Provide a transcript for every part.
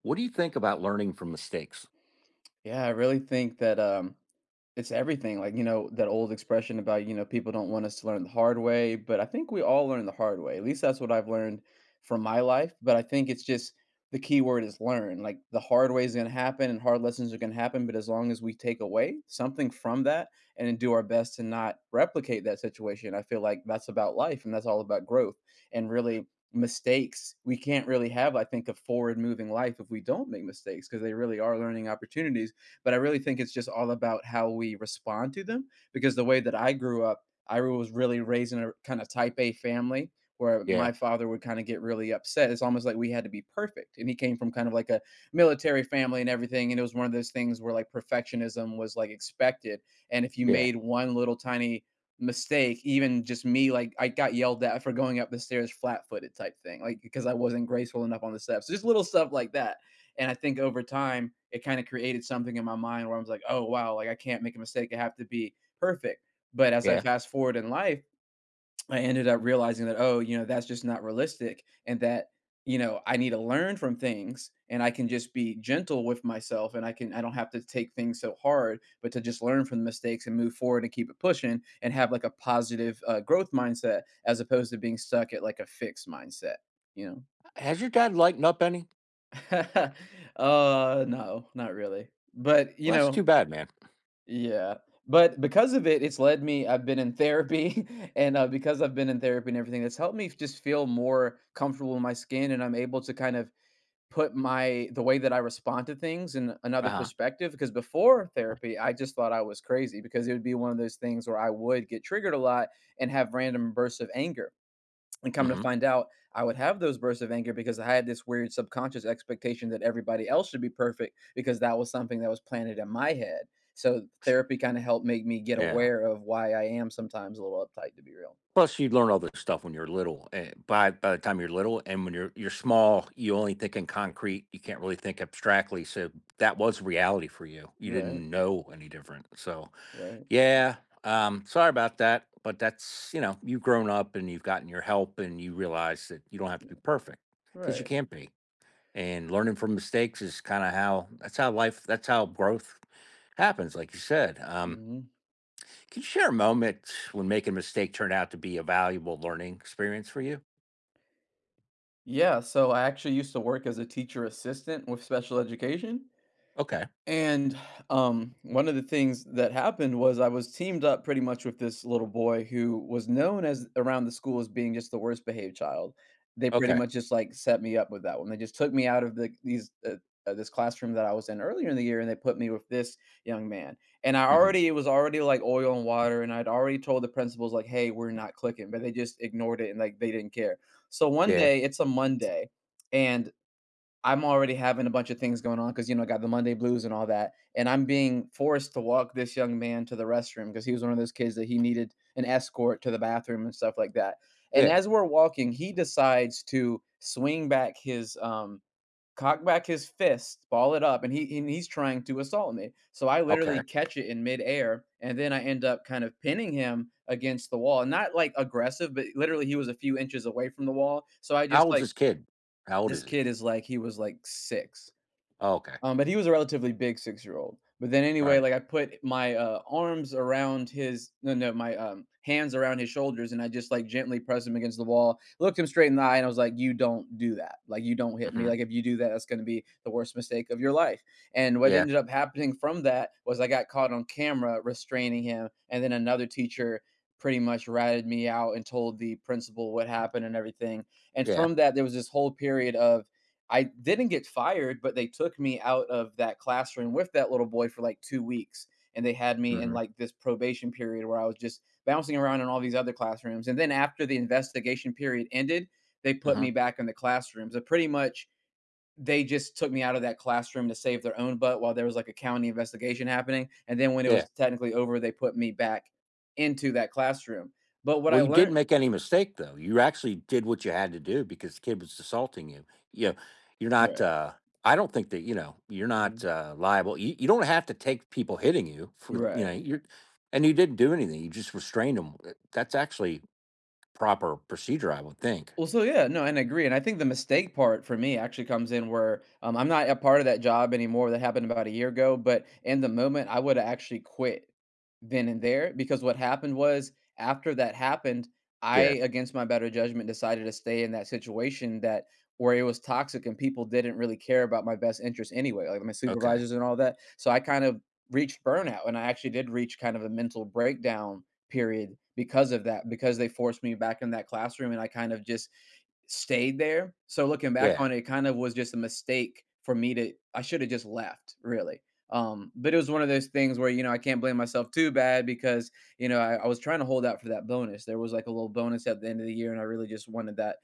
What do you think about learning from mistakes? Yeah, I really think that it's everything. Like, you know, that old expression about, you know, people don't want us to learn the hard way, but I think we all learn the hard way. At least that's what I've learned from my life, but I think it's just the key word is learn. Like the hard way is going to happen and hard lessons are going to happen, but as long as we take away something from that and then do our best to not replicate that situation, I feel like that's about life and that's all about growth and really mistakes. We can't really have, I think, a forward moving life if we don't make mistakes because they really are learning opportunities, but I really think it's just all about how we respond to them because the way that I grew up, I was really raised in a kind of type A family where Yeah, my father would kind of get really upset. It's almost like we had to be perfect. And he came from kind of like a military family and everything. And it was one of those things where like perfectionism was like expected. And if you yeah, made one little tiny mistake, even just me, like I got yelled at for going up the stairs flat footed type thing, like because I wasn't graceful enough on the steps. Just little stuff like that. And I think over time, it kind of created something in my mind where I was like, oh, wow, like I can't make a mistake. I have to be perfect. But as I yeah. fast forward in life, I ended up realizing that, oh, you know, that's just not realistic and that, you know, I need to learn from things and I can just be gentle with myself and I can, I don't have to take things so hard, but to just learn from the mistakes and move forward and keep it pushing and have like a positive growth mindset as opposed to being stuck at like a fixed mindset, you know? Has your dad lightened up any? No, not really. But, you Well, that's too know, bad, man. yeah. But because of it, it's led me I've been in therapy, and because I've been in therapy and everything, it's helped me just feel more comfortable in my skin, and I'm able to kind of put my the way that I respond to things in Uh another huh. perspective. Because before therapy, I just thought I was crazy because it would be one of those things where I would get triggered a lot and have random bursts of anger. And come to Mm-hmm. find out, I would have those bursts of anger because I had this weird subconscious expectation that everybody else should be perfect because that was something that was planted in my head. So therapy kind of helped make me get Yeah. aware of why I am sometimes a little uptight to be real. Plus, you learn all this stuff when you're little. By the time you're little, and when you're small, you only think in concrete. You can't really think abstractly. So that was reality for you. You Right. didn't know any different. So Right. yeah. Sorry about that. But that's you know you've grown up and you've gotten your help and you realize that you don't have to Yeah. be perfect because you Right. can't be. And learning from mistakes is kind of how that's how life that's how growth happens, like you said. Hmm. Can you share a moment when making a mistake turned out to be a valuable learning experience for you? Yeah. So I actually used to work as a teacher assistant with special education. Okay. And, one of the things that happened was I was teamed up pretty much with this little boy who was known as around the school as being just the worst behaved child. They pretty Okay. much just, like, set me up with that one. They just took me out of the these, this classroom that I was in earlier in the year, and they put me with this young man. And I Hmm. already it was already like oil and water, and I'd already told the principals, like, "Hey, we're not clicking," but they just ignored it and, like, they didn't care. So one Yeah. day, it's a Monday, and I'm already having a bunch of things going on because, you know, I got the Monday blues and all that, and I'm being forced to walk this young man to the restroom because he was one of those kids that he needed an escort to the bathroom and stuff like that, and Yeah. as we're walking, he decides to swing back his, cock back his fist, ball it up, and he's trying to assault me, so I literally Okay. catch it in midair, and then I end up kind of pinning him against the wall, not, like, aggressive, but literally he was a few inches away from the wall, so I How just, old's like, this kid? How old this is he? kid is like he was, like, 6. Oh, okay. But he was a relatively big 6-year-old. But then All anyway, right. like I put my arms around his no, my hands around his shoulders, and I just like gently pressed him against the wall, looked him straight in the eye, and I was like, "You don't do that. Like you don't hit me. Mm-hmm. Like if you do that, that's going to be the worst mistake of your life." And what Yeah. ended up happening from that was I got caught on camera restraining him, and then another teacher pretty much ratted me out and told the principal what happened and everything. And Yeah. from that, there was this whole period of I didn't get fired, but they took me out of that classroom with that little boy for like 2 weeks, and they had me in, Mm-hmm. like, this probation period where I was just bouncing around in all these other classrooms, and then after the investigation period ended, they put Mm-hmm. me back in the classroom, so pretty much, they just took me out of that classroom to save their own butt while there was, like, a county investigation happening, and then when it Yeah. was technically over, they put me back into that classroom, but what Well, I you didn't learned make any mistake though. You actually did what you had to do because the kid was assaulting you. You know, you're not Right, I don't think that, you know, you're not mhm, liable. You don't have to take people hitting you for, you right. know, you're and you didn't do anything. You just restrained them. That's actually proper procedure, I would think. Well, so yeah, no, and I agree. And I think the mistake part for me actually comes in where I'm not a part of that job anymore. That happened about a year ago. But in the moment, I would have actually quit then and there because what happened was after that happened, Yeah. I, against my better judgment, decided to stay in that situation that where it was toxic and people didn't really care about my best interest anyway, like my Okay. supervisors and all that. So I kind of reached burnout and I actually did reach kind of a mental breakdown period because of that, because they forced me back in that classroom and I kind of just stayed there. So looking back Yeah. on it, it kind of was just a mistake for me to I should have just left, really. But it was one of those things where, you know, I can't blame myself too bad because, you know, I was trying to hold out for that bonus. There was like a little bonus at the end of the year and I really just wanted that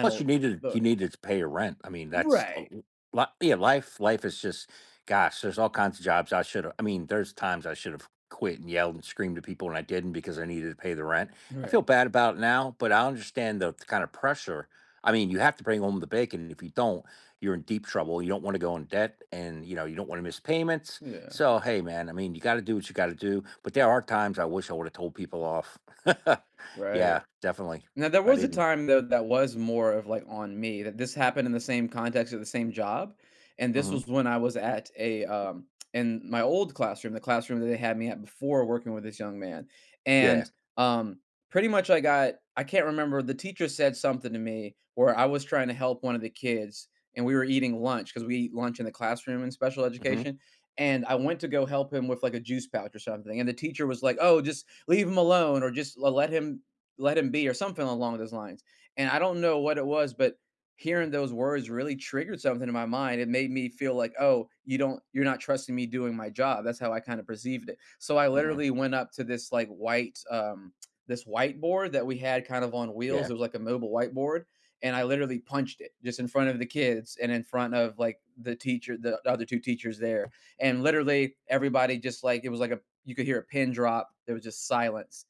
Plus, you needed you bonus. needed to pay your rent. I mean, that's a l- Right. li- yeah. Life is just gosh. There's all kinds of jobs I should have. I mean, there's times I should have quit and yelled and screamed at people, and I didn't because I needed to pay the rent. I feel Right. bad about it now, but I understand the kind of pressure. I mean, you have to bring home the bacon. If you don't, you're in deep trouble. You don't want to go in debt, and you know you don't want to miss payments. Yeah. So, hey, man, I mean, you got to do what you got to do. But there are times I wish I would have told people off. Right. yeah, definitely, Now, there I was a didn't. time, though, that was more of, like, on me, that this happened in the same context of the same job, and this Hmm. was when I was at a, in my old classroom, the classroom that they had me at before working with this young man, and, Yeah. um, pretty much I got I can't remember, the teacher said something to me where I was trying to help one of the kids, and we were eating lunch because we eat lunch in the classroom in special Mhm, education, and I went to go help him with, like, a juice pouch or something, and the teacher was like, "Oh, just leave him alone or just le let him be or something along those lines. And I don't know what it was, but hearing those words really triggered something in my mind. It made me feel like, oh, you don't, you're not trusting me doing my job. That's how I kind of perceived it. So I mhm, literally went up to this like this whiteboard that we had kind of on yeah, wheels. It was like a mobile whiteboard. And I literally punched it just in front of the kids and in front of like the teacher, the other two teachers there. And literally everybody just like, it was like a, you could hear a pin drop. There was just silence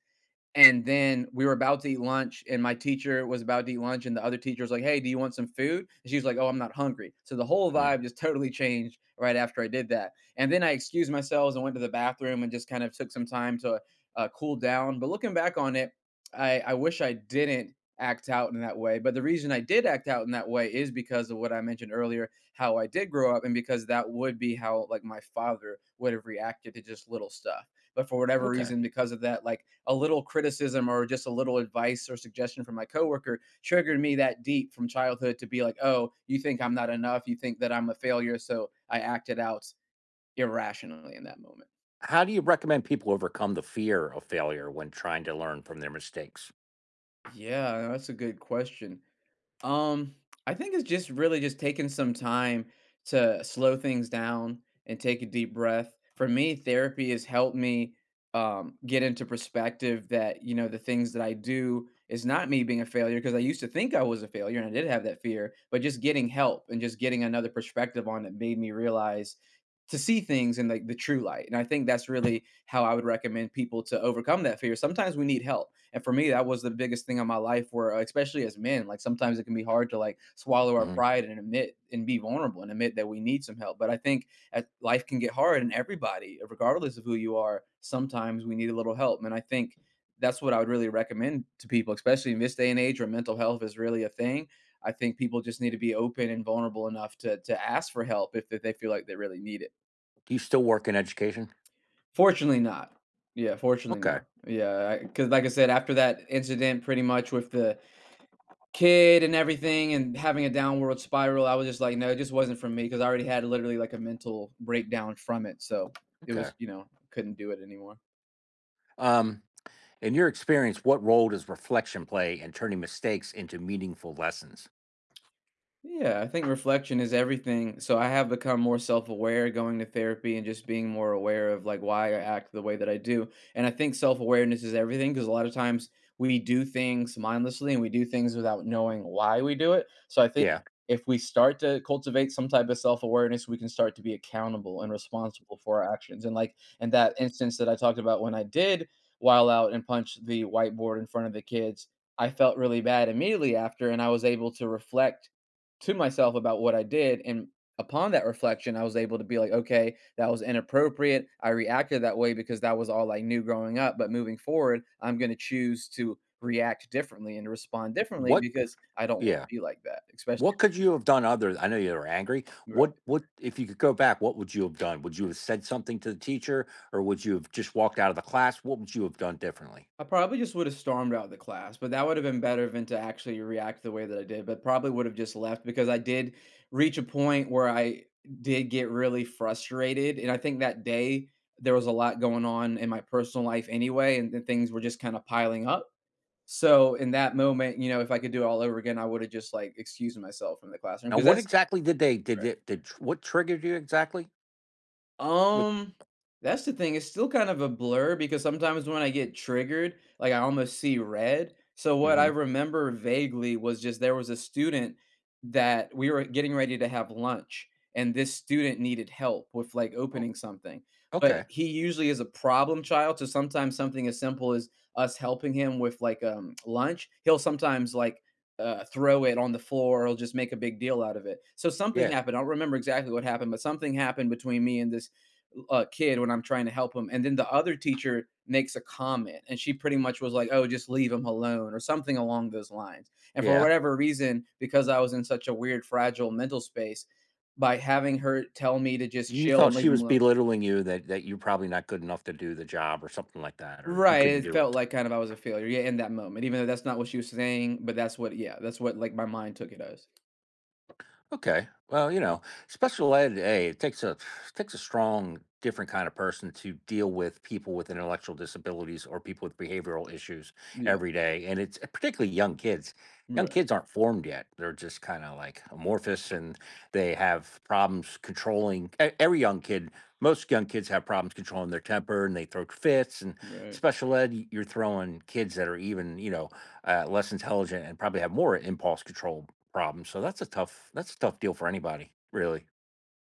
and then we were about to eat lunch, and my teacher was about to eat lunch, and the other teacher was like, "Hey, do you want some food?" And she was like, "Oh, I'm not hungry." So the whole mm, vibe just totally changed right after I did that. And then I excused myself and went to the bathroom and just kind of took some time to cool down. But looking back on it, I wish I didn't act out in that way. But the reason I did act out in that way is because of what I mentioned earlier, how I did grow up, and because that would be how like my father would have reacted to just little stuff. But for whatever okay. reason, because of that, like a little criticism or just a little advice or suggestion from my coworker triggered me that deep from childhood to be like, oh, you think I'm not enough. You think that I'm a failure. So I acted out irrationally in that moment. How do you recommend people overcome the fear of failure when trying to learn from their mistakes? Yeah, that's a good question. Um, I think it's just really just taking some time to slow things down and take a deep breath. For me, therapy has helped me get into perspective that, the things that I do is not me being a failure because I used to think I was a failure and I did have that fear, but just getting help and just getting another perspective on it made me realize to see things in like the true light. And I think that's really how I would recommend people to overcome that fear. Sometimes we need help. And for me, that was the biggest thing in my life where especially as men, like sometimes it can be hard to like swallow our Mhm. pride and admit and be vulnerable and admit that we need some help. But I think as life can get hard and everybody, regardless of who you are, sometimes we need a little help. And I think that's what I would really recommend to people, especially in this day and age where mental health is really a thing. I think people just need to be open and vulnerable enough to ask for help if they feel like they really need it. Do you still work in education? Fortunately not. Yeah, fortunately, Okay, no. Yeah, cause like I said, after that incident pretty much with the kid and everything and having a downward spiral, I was just like, "No, it just wasn't for me. Cause I already had literally, like, a mental breakdown from it, so it okay. was, you know, couldn't do it anymore." Um, in your experience, what role does reflection play in turning mistakes into meaningful lessons? Yeah, I think reflection is everything. So I have become more self-aware going to therapy and just being more aware of like why I act the way that I do. And I think self-awareness is everything because a lot of times we do things mindlessly and we do things without knowing why we do it. So I think Yeah. if we start to cultivate some type of self-awareness, we can start to be accountable and responsible for our actions. And like in that instance that I talked about when I did while out and punch the whiteboard in front of the kids, I felt really bad immediately after and I was able to reflect to myself about what I did, and upon that reflection, I was able to be like, "Okay, that was inappropriate. I reacted that way because that was all I knew growing up, but moving forward, I'm gonna choose to react differently and respond differently What because I don't wanna yeah. be like that, especially." What could you have done other I know you were angry. What if you could go back, what would you have done? Would you have said something to the teacher or would you have just walked out of the class? What would you have done differently? I probably just would have stormed out of the class, but that would have been better than to actually react the way that I did, but probably would have just left because I did reach a point where I did get really frustrated. And I think that day there was a lot going on in my personal life anyway, and then things were just kind of piling up. So in that moment, you know, if I could do it all over again, I would have just like excused myself from the classroom Now, because what that's— exactly did they did it did tr what triggered you exactly? With Um, that's the thing. It's still kind of a blur because sometimes when I get triggered, like I almost see red. So what I mhm. remember vaguely was just there was a student that we were getting ready to have lunch, and this student needed help with like Oh, opening something. But okay. he usually is a problem child, so sometimes something as simple as us helping him with like lunch, he'll sometimes like throw it on the floor or he'll just make a big deal out of it. So something Yeah, happened. I don't remember exactly what happened, but something happened between me and this kid when I'm trying to help him. And then the other teacher makes a comment, and she pretty much was like, "Oh, just leave him alone," or something along those lines. And for yeah. whatever reason, because I was in such a weird, fragile mental space, by having her tell me to just You chill thought and she leave him was alone. belittling you, that you're probably not good enough to do the job or something like that, or you Right, couldn't it do felt it. like kind of I was a failure, yeah, in that moment, even though that's not what she was saying, but that's what, yeah, that's what like my mind took it as. Okay. Well, you know, special ed, hey, it takes a strong, different kind of person to deal with people with intellectual disabilities or people with behavioral issues Yeah, every day, and it's particularly young kids. Young right, kids aren't formed yet; they're just kind of like amorphous, and they have problems controlling. Every young kid, most young kids have problems controlling their temper, and they throw fits. And right. special ed, you're throwing kids that are even, you know, less intelligent and probably have more impulse control problem, so that's a tough deal for anybody, really.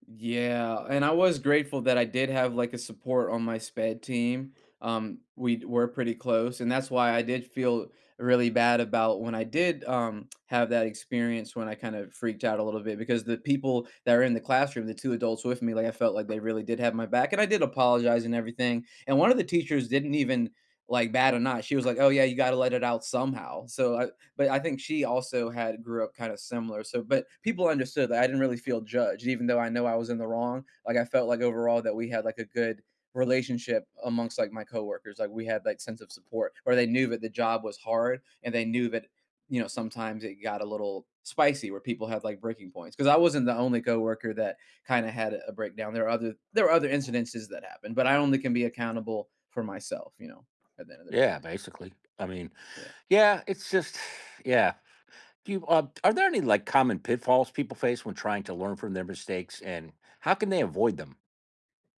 Yeah, and I was grateful that I did have, like, a support on my SPED team. We were pretty close, and that's why I did feel really bad about when I did, have that experience when I kind of freaked out a little bit because the people that were in the classroom, the two adults with me, like, I felt like they really did have my back, and I did apologize and everything, and one of the teachers didn't even, like, bad or not. She was like, "Oh, yeah, you gotta let it out somehow." So I, but I think she also had grew up kind of similar. So, but people understood that I didn't really feel judged, even though I know I was in the wrong. Like I felt like overall that we had like a good relationship amongst like my coworkers. Like we had like sense of support, or they knew that the job was hard, and they knew that, you know, sometimes it got a little spicy where people had like breaking points. Because I wasn't the only coworker that kind of had a breakdown. There were other incidences that happened, but I only can be accountable for myself. You know, at the end of the day. Yeah, basically. I mean, Yeah. yeah, it's just yeah. Do you, are there any like common pitfalls people face when trying to learn from their mistakes, and how can they avoid them?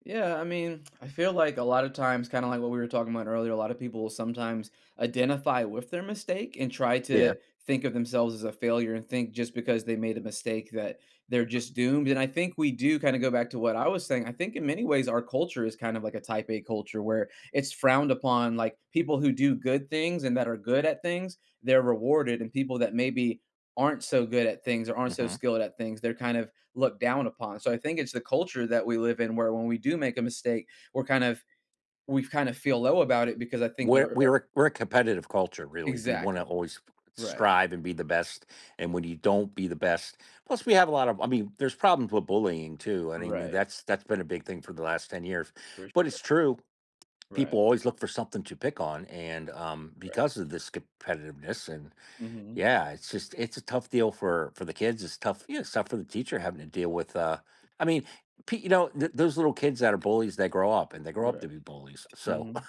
Yeah, I mean, I feel like a lot of times, kind of like what we were talking about earlier, a lot of people will sometimes identify with their mistake and try Yeah. to think of themselves as a failure and think just because they made a mistake that they're just doomed. And I think we do kind of go back to what I was saying. I think in many ways, our culture is kind of like a type A culture where it's frowned upon, like people who do good things and that are good at things, they're rewarded, and people that maybe aren't so good at things or aren't so Hmm. skilled at things, they're kind of looked down upon. So I think it's the culture that we live in where when we do make a mistake, we kind of feel low about it because I think We're our— we're a- we're a competitive culture, really. We want to Exactly. always Right. strive and be the best, and when you don't be the best, plus we have a lot of. I mean, there's problems with bullying too. And I mean, Right. that's been a big thing for the last 10 years, For s— but it's true. People Right, always look for something to pick on, and right. because of this competitiveness and Mhm. yeah, it's just it's a tough deal for the kids. It's tough. Yeah, it's tough for the teacher having to deal with i mean those little kids that are bullies. They grow up and they grow up Right. to be bullies. So Mhm.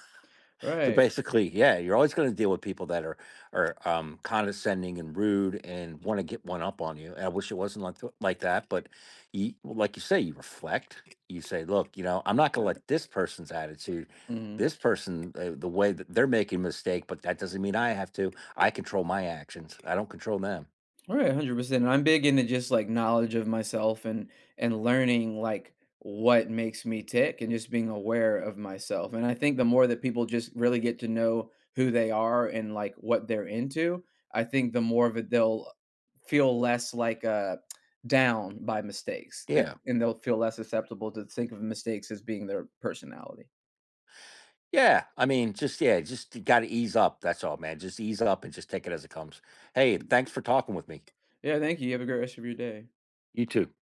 so Right. basically, yeah, you're always going to deal with people that are condescending and rude and want to get one up on you. And I wish it wasn't like like that, but you, well, like you say, you reflect. You say, look, you know, I'm not going to Right. let this person's attitude, Mhm. this person, the way that they're making a mistake, but that doesn't mean I have to. I control my actions. I don't control them. All right, 100%. And I'm big into just like knowledge of myself and learning like what makes me tick and just being aware of myself. And I think the more that people just really get to know who they are and like what they're into, I think the more of it they'll feel less like down by mistakes Yeah, and they'll feel less susceptible to think of mistakes as being their personality. yeah. I mean, just yeah, just got to ease up. That's all, man. Just ease up and just take it as it comes. Hey, thanks for talking with me. Yeah, thank you. You have a great rest of your day. You too.